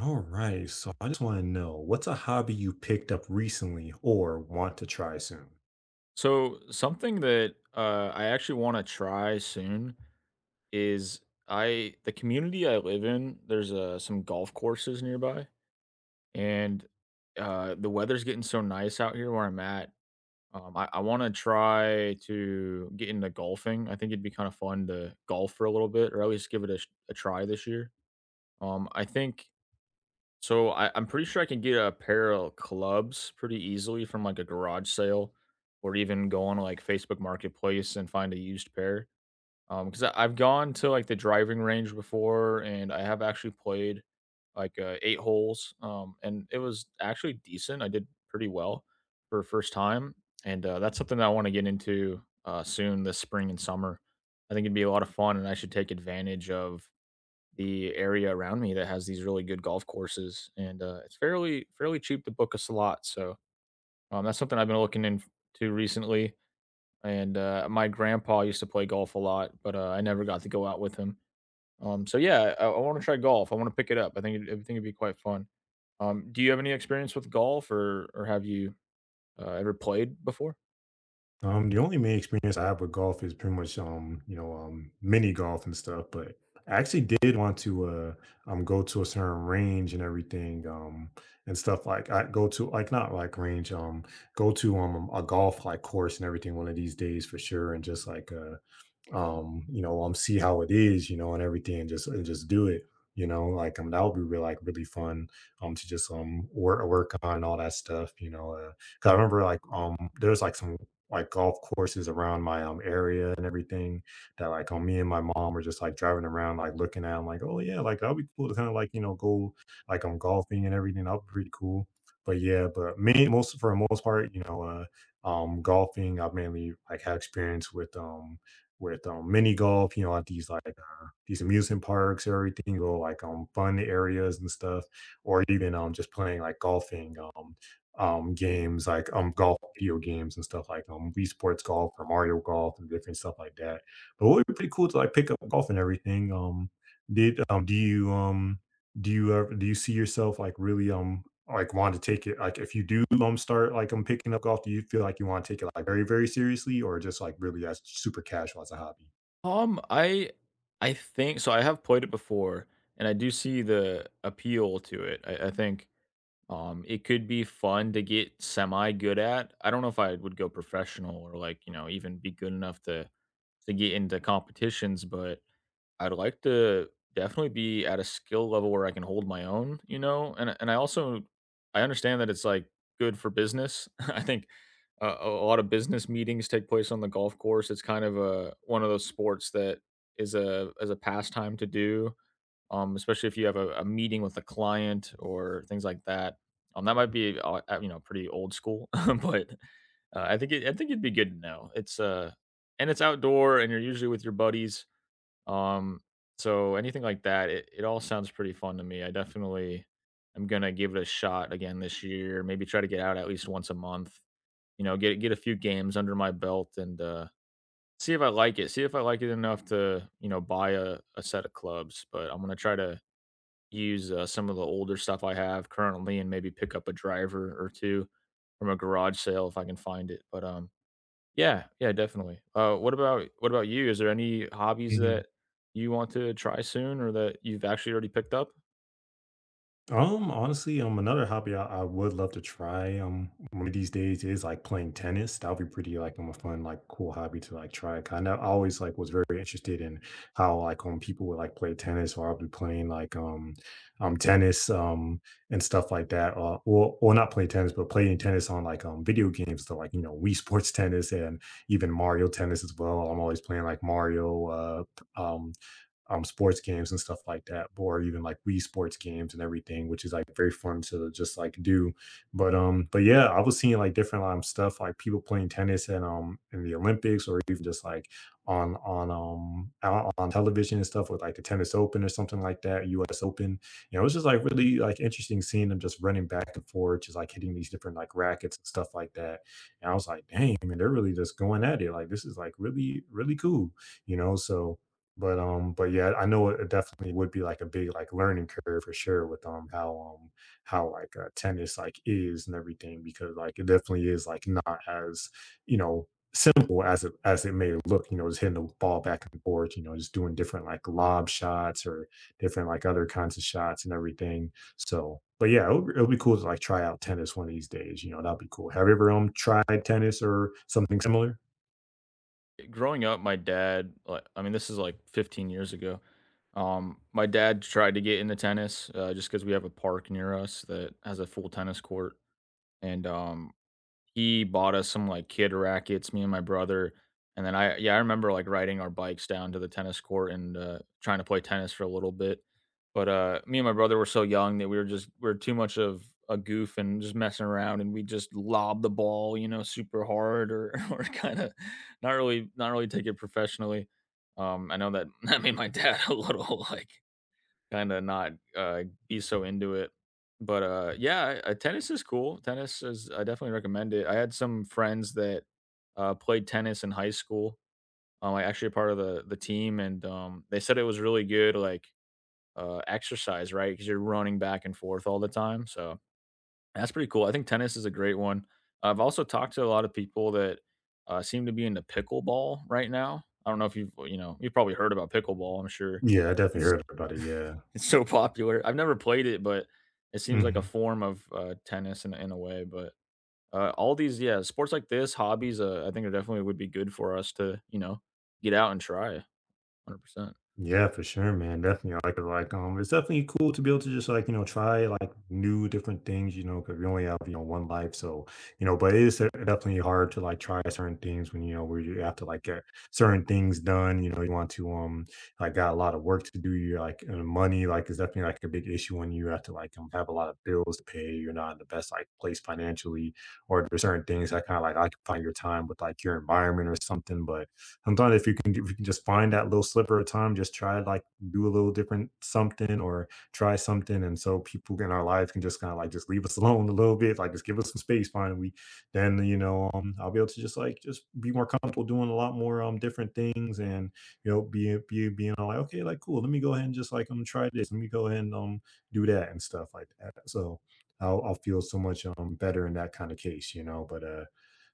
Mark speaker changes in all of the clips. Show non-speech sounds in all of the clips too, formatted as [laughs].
Speaker 1: All right. So I just want to know what's a hobby you picked up recently or want to try soon?
Speaker 2: So something that I actually want to try soon is I the community I live in. There's some golf courses nearby, and the weather's getting so nice out here where I'm at. I want to try to get into golfing. I think it'd be kind of fun to golf for a little bit, or at least give it a try this year. Um, I think I'm pretty sure I can get a pair of clubs pretty easily from like a garage sale, or even go on like Facebook Marketplace and find a used pair. Because I've gone to like the driving range before, and I have actually played like eight holes. And it was actually decent. I did pretty well for a first time, and that's something that I want to get into soon this spring and summer. I think it'd be a lot of fun, and I should take advantage of the area around me that has these really good golf courses, and, it's fairly cheap to book a slot, so, that's something I've been looking into recently, and, my grandpa used to play golf a lot, but, I never got to go out with him, so yeah, I wanna try golf, I wanna pick it up, I think it'd be quite fun. Do you have any experience with golf or have you, ever played before?
Speaker 1: The only main experience I have with golf is pretty much mini golf and stuff, but I actually did want to go to a certain range and everything, and stuff like I go to like not like range, go to a golf like course and everything one of these days for sure and just like see how it is and everything and just do it like that would be really like really fun to just work on all that stuff 'cause I remember like there's like some like golf courses around my area and everything that like me and my mom were just like driving around like looking at 'em, like oh yeah like that'd be cool to kind of like go like golfing and everything, that'd be pretty cool. But yeah, but me most for the most part golfing, I've mainly like had experience with mini golf, at these like these amusement parks or everything, or like fun areas and stuff, or even just playing like golfing games like golf video games and stuff like Wii Sports Golf or Mario Golf and different stuff like that. But it would be pretty cool to like pick up golf and everything. Did do you ever Do you see yourself like really like want to take it like if you do start like I'm picking up golf, do you feel like you want to take it like very, very seriously or just like really as super casual as a hobby?
Speaker 2: Um, I I think so I have played it before, and I do see the appeal to it, I think it could be fun to get semi good at. I don't know if I would go professional or like, you know, even be good enough to get into competitions, but I'd like to definitely be at a skill level where I can hold my own, you know? And I also I understand that it's like good for business. [laughs] I think a lot of business meetings take place on the golf course. It's kind of a one of those sports that is a as a pastime to do especially if you have a meeting with a client or things like that. That might be you know, pretty old school, [laughs] but I think it'd be good to know. It's and it's outdoor, and you're usually with your buddies. Um, so anything like that, it all sounds pretty fun to me. I definitely am gonna give it a shot again this year. Maybe try to get out at least once a month. You know, get a few games under my belt and see if I like it. See if I like it enough to you know buy a set of clubs. But I'm gonna try to use, some of the older stuff I have currently and maybe pick up a driver or 2 from a garage sale if I can find it, but, yeah, yeah, definitely. What about you? Is there any hobbies
Speaker 1: Mhm.
Speaker 2: that you want to try soon or that you've actually already picked up?
Speaker 1: Honestly, another hobby I would love to try, one of these days is like playing tennis. That would be pretty like a fun, like cool hobby to like try. Kind of, I always like was very interested in how like people would like play tennis, or I'll be playing like tennis, and stuff like that. Or not play tennis, but playing tennis on like video games, so like Wii Sports [laughs] Tennis and even Mario Tennis as well. I'm always playing like Mario, sports games and stuff like that, or even like Wii sports games and everything, which is like very fun to just like do. But yeah, I was seeing like different stuff like people playing tennis and in the Olympics or even just like on television and stuff with like the tennis open or something like that, US Open. You know, it was just like really like interesting seeing them just running back and forth, just like hitting these different like rackets and stuff like that. And I was like, dang, man, they're really just going at it. Like, this is like really, really cool, you know. So but yeah, I know it definitely would be like a big like learning curve for sure with how like tennis like is and everything, because like it definitely is like not as you know simple as it may look. You know, just hitting the ball back and forth. You know, just doing different like lob shots or different like other kinds of shots and everything. So, but yeah, it'll be cool to like try out tennis one of these days. You know, that'd be cool. Have you ever tried tennis or something similar?
Speaker 2: Growing up, my dad, this is like 15 years ago. My dad tried to get into tennis, just because we have a park near us that has a full tennis court, and, he bought us some, like, kid rackets, me and my brother, and then I yeah, I remember, like, riding our bikes down to the tennis court and, trying to play tennis for a little bit, but, me and my brother were so young that we were just we are too much of a goof and just messing around, and we just lob the ball, you know, super hard or [laughs] or kinda not really take it professionally. I know that [laughs] that made my dad a little, [laughs] like kinda not, be so into it. But, yeah, tennis is cool. Tennis is I definitely recommend it. I had some friends that, played tennis in high school. I actually part of the team, and, they said it was really good, like, exercise. Because 'Cause you're running back and forth all the time, so that's pretty cool. I think tennis is a great one. I've also talked to a lot of people that seem to be into pickleball right now. I don't know if you've you know you've probably heard about pickleball. I'm sure
Speaker 1: Yeah, I definitely
Speaker 2: it's
Speaker 1: heard about it.
Speaker 2: [laughs]
Speaker 1: Yeah.
Speaker 2: it's so popular. I've never played it, but it seems like a
Speaker 1: Hmm.
Speaker 2: form of tennis in a way. But all these yeah sports like this, hobbies, I think are definitely would be good for us to you know get out and try 100. Percent
Speaker 1: Yeah, for sure, man. Definitely. Like, it's definitely cool to be able to just like, try like new different things, because we only have, one life. So, but it is definitely hard to like try certain things when, where you have to like get certain things done, you want to, like got a lot of work to do. You're like, and money, like, is definitely like a big issue when you have to like have a lot of bills to pay. You're not in the best like place financially, or there's certain things that kind of like occupy your time with like your environment or something. But, sometimes if you can, just find that little sliver of time, just try like do a little different something or try something, and so people in our life can just kind of like just leave us [laughs] alone a little bit, like just give us some space. Fine, we then, I'll be able to just like just be more comfortable doing a lot more different things, and be being all like okay like cool, let me go ahead and just like try this, let me go ahead and do that and stuff like that. So, I'll feel so much better in that kind of case, you know. But uh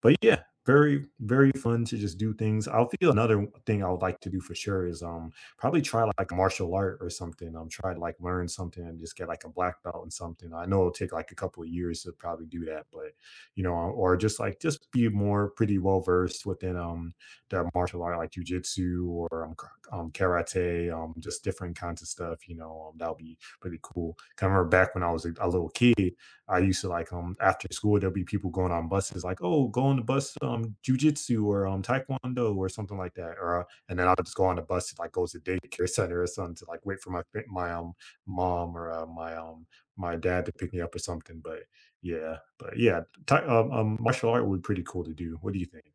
Speaker 1: but yeah, very very fun to just do things. I will feel, another thing I would like to do for sure is probably try like martial art or something. I'm try to like learn something and just get like a black belt and something. I know it'll take like a couple of years to probably do that, but or just like just be more pretty well versed within the martial art like jujitsu or karate, just different kinds of stuff, that would be pretty cool. 'Cause I remember back when I was a little kid, I used to like after school there'll be people going on buses like, "Oh, go on the bus, jujitsu or taekwondo or something like that." Or and then I'll just go on the bus to like go to daycare center or something to like wait for my my mom, or my my dad to pick me up or something. But yeah, martial art would be pretty cool to do. What do you think?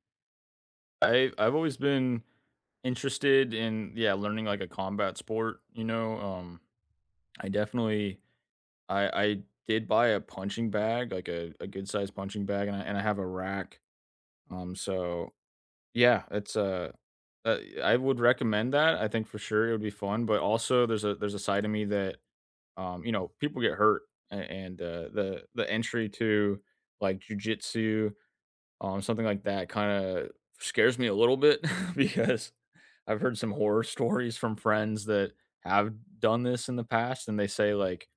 Speaker 2: I've always been interested in yeah learning like a combat sport. You know, I definitely I did buy a punching bag, like a good sized punching bag, and I have a rack. So yeah, it's uh, I would recommend that. I think for sure it would be fun, but also there's a side of me that you know, people get hurt, a- and the entry to like jujitsu, something like that, kind of scares me a little bit [laughs] because I've heard some horror stories from friends that have done this in the past, and they say like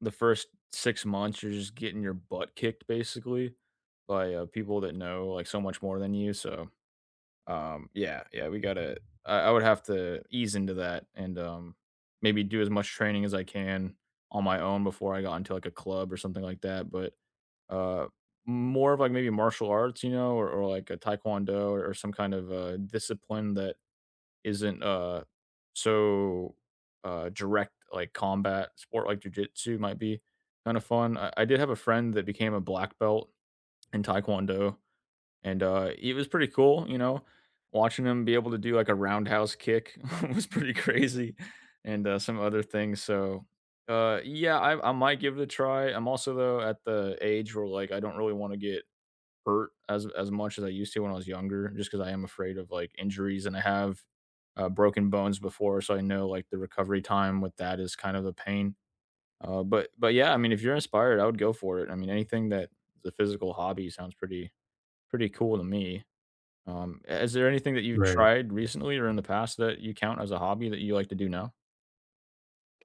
Speaker 2: the first 6 months, you're just getting your butt kicked basically by, people that know, like, so much more than you, so, yeah, yeah, we gotta I would have to ease into that and, maybe do as much training as I can on my own before I got into, like, a club or something like that, but, uh, more of, like, maybe martial arts, you know, like, a taekwondo or some kind of, discipline that isn't, so, direct, like, combat sport like jujitsu might be kinda fun. I did have a friend that became a black belt in taekwondo, and, it was pretty cool, you know? Watching him be able to do, like, a roundhouse kick [laughs] was pretty crazy and, some other things, so, yeah, I might give it a try. I'm also, though, at the age where, like, I don't really wanna get hurt as much as I used to when I was younger, just because I am afraid of like injuries, and I have broken bones before, so I know like the recovery time with that is kind of a pain. But yeah, I mean, if you're inspired, I would go for it. I mean, anything that the physical hobby sounds pretty cool to me. Is there anything that you've
Speaker 1: Right.
Speaker 2: tried recently or in the past that you count as a hobby that you like to do now?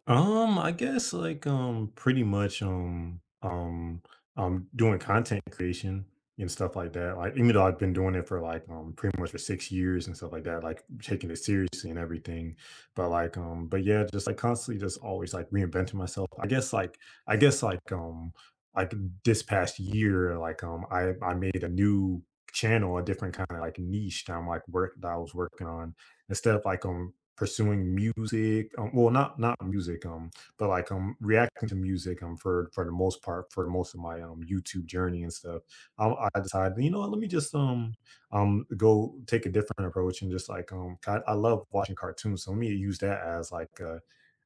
Speaker 1: I guess like pretty much doing content creation and stuff like that. Like, even though I've been doing it for like pretty much for 6 years and stuff like that, like taking it seriously and everything. But yeah, just like constantly just always like reinventing myself. I guess like this past year, like I made a new channel, a different kind of like niche that I'm like work that I was working on, instead of like pursuing music, well, not music, but like reacting to music, for the most part, for most of my YouTube journey and stuff. I decided, you know what, let me just go take a different approach and just like, I love watching cartoons, so let me use that as like a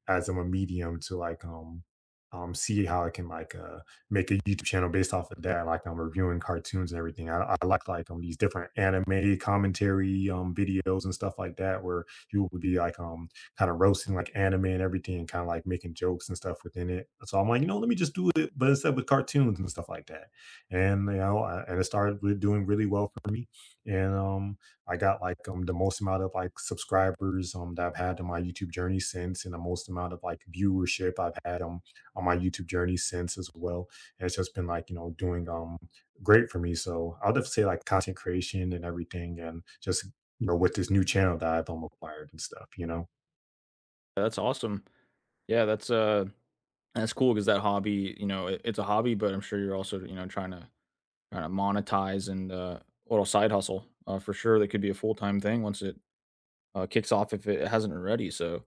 Speaker 1: as I'm a medium to like see how I can like make a YouTube channel based off of that. Like, I'm reviewing cartoons and everything. I like these different anime commentary videos and stuff like that, where you would be like kind of roasting like anime and everything and kind of like making jokes and stuff within it. So I'm like, let me just do it, but instead with cartoons and stuff like that. And you know, I, and it started with doing really well for me. And I got like the most amount of like subscribers that I've had on my YouTube journey since, and the most amount of like viewership I've had on my YouTube journey since as well. And it's just been like, doing great for me. So I'll just say like content creation and everything, and just, with this new channel that I've acquired and stuff. You know,
Speaker 2: That's awesome. Yeah, that's cool because that hobby, you know, it's a hobby, but I'm sure you're also you know trying to kinda monetize and, little side hustle, for sure that could be a full-time thing once it, kicks off if it hasn't already, so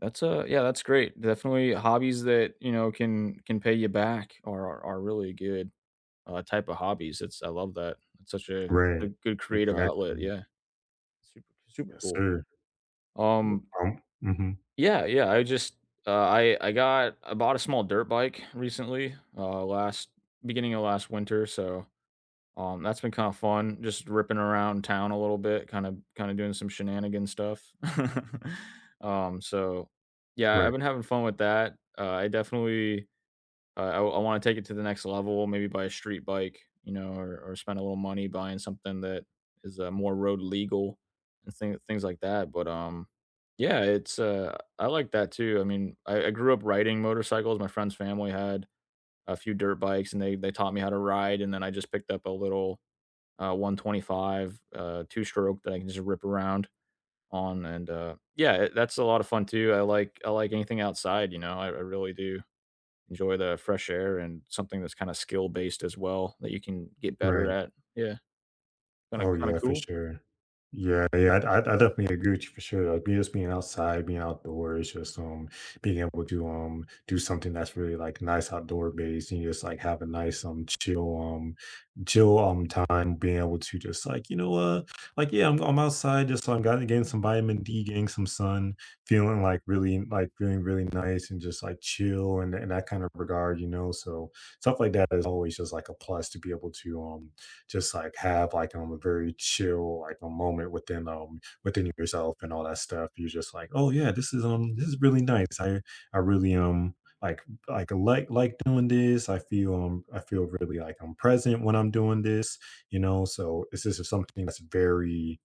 Speaker 2: that's, yeah, that's great. Definitely hobbies that, you know, can pay you back are really good, type of hobbies. It's I love that. It's such a
Speaker 1: right?
Speaker 2: good creative outlet,
Speaker 1: Exactly.
Speaker 2: yeah. Super
Speaker 1: Yes,
Speaker 2: cool.
Speaker 1: sir. Well,
Speaker 2: Um,
Speaker 1: Um. mhm.
Speaker 2: yeah, yeah, I just, I bought a small dirt bike recently, last beginning of last winter, so that's been kind of fun, just ripping around town a little bit, kind of doing some shenanigan stuff. [laughs] So yeah, I've
Speaker 1: Right.
Speaker 2: been having fun with that. I definitely uh, I want to take it to the next level, maybe buy a street bike, you know, or spend a little money buying something that is more road legal and things like that. But yeah, it's I like that too. I mean, I grew up riding motorcycles. My friend's family had a few dirt bikes, and they taught me how to ride, and then I just picked up a little 125, two stroke that I can just rip around on, and yeah, that's a lot of fun too. I like anything outside, you know. I really do enjoy the fresh air and something that's kind of skill based as well that you can get better
Speaker 1: Right.
Speaker 2: at. Yeah,
Speaker 1: Oh,
Speaker 2: kind of
Speaker 1: yeah, for
Speaker 2: cool.
Speaker 1: sure. Yeah, yeah, I definitely agree with you for sure. Like, be just being outside, being outdoors, just, being able to, do something that's really, like, nice outdoor based, and just, like, have a nice, chill, time, being able to just, like, like, yeah, I'm outside just, got getting some vitamin D, getting some sun, feeling, like, really like, feeling really nice and just, like, chill, and that kind of regard, you know? So, stuff like that is always just, like, a plus to be able to, just like have like a very chill like a moment within, within yourself and all that stuff. You're just like, oh yeah, this is really nice. I really like doing this. I feel really like I'm present when I'm doing this. You know, so it's just something that's very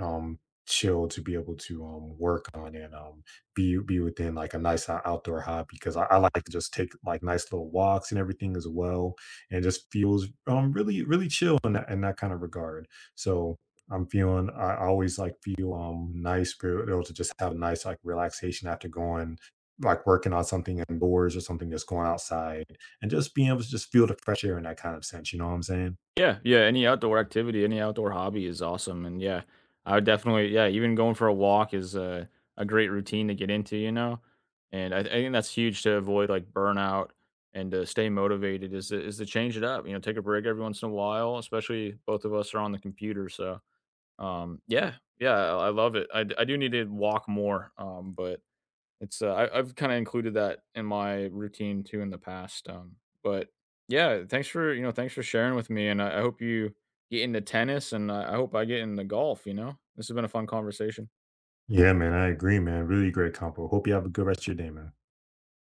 Speaker 1: um chill to be able to work on, and be within like a nice outdoor hobby, because I like to just take like nice little walks and everything as well, and just feels really really chill in that, kind of regard. So, I always like feel nice, be able to just have a nice like relaxation after going like working on something indoors or something, that's going outside and just being able to just feel the fresh air in that kind of sense. You know what I'm saying?
Speaker 2: Yeah, yeah, any outdoor activity, any outdoor hobby is awesome, and yeah, I would definitely yeah, even going for a walk is a great routine to get into, you know? And I think that's huge to avoid, like, burnout and to stay motivated is to change it up, you know, take a break every once in a while, especially both of us are on the computer, so, yeah, yeah, I love it. I do need to walk more, but it's, I I've kinda included that in my routine too in the past, but yeah, thanks for, you know, thanks for sharing with me, and I hope you get into tennis, and I hope I get into golf, you know? This has been a fun conversation.
Speaker 1: Yeah, man, I agree, man. Really great combo. Hope you have a good rest of your day, man.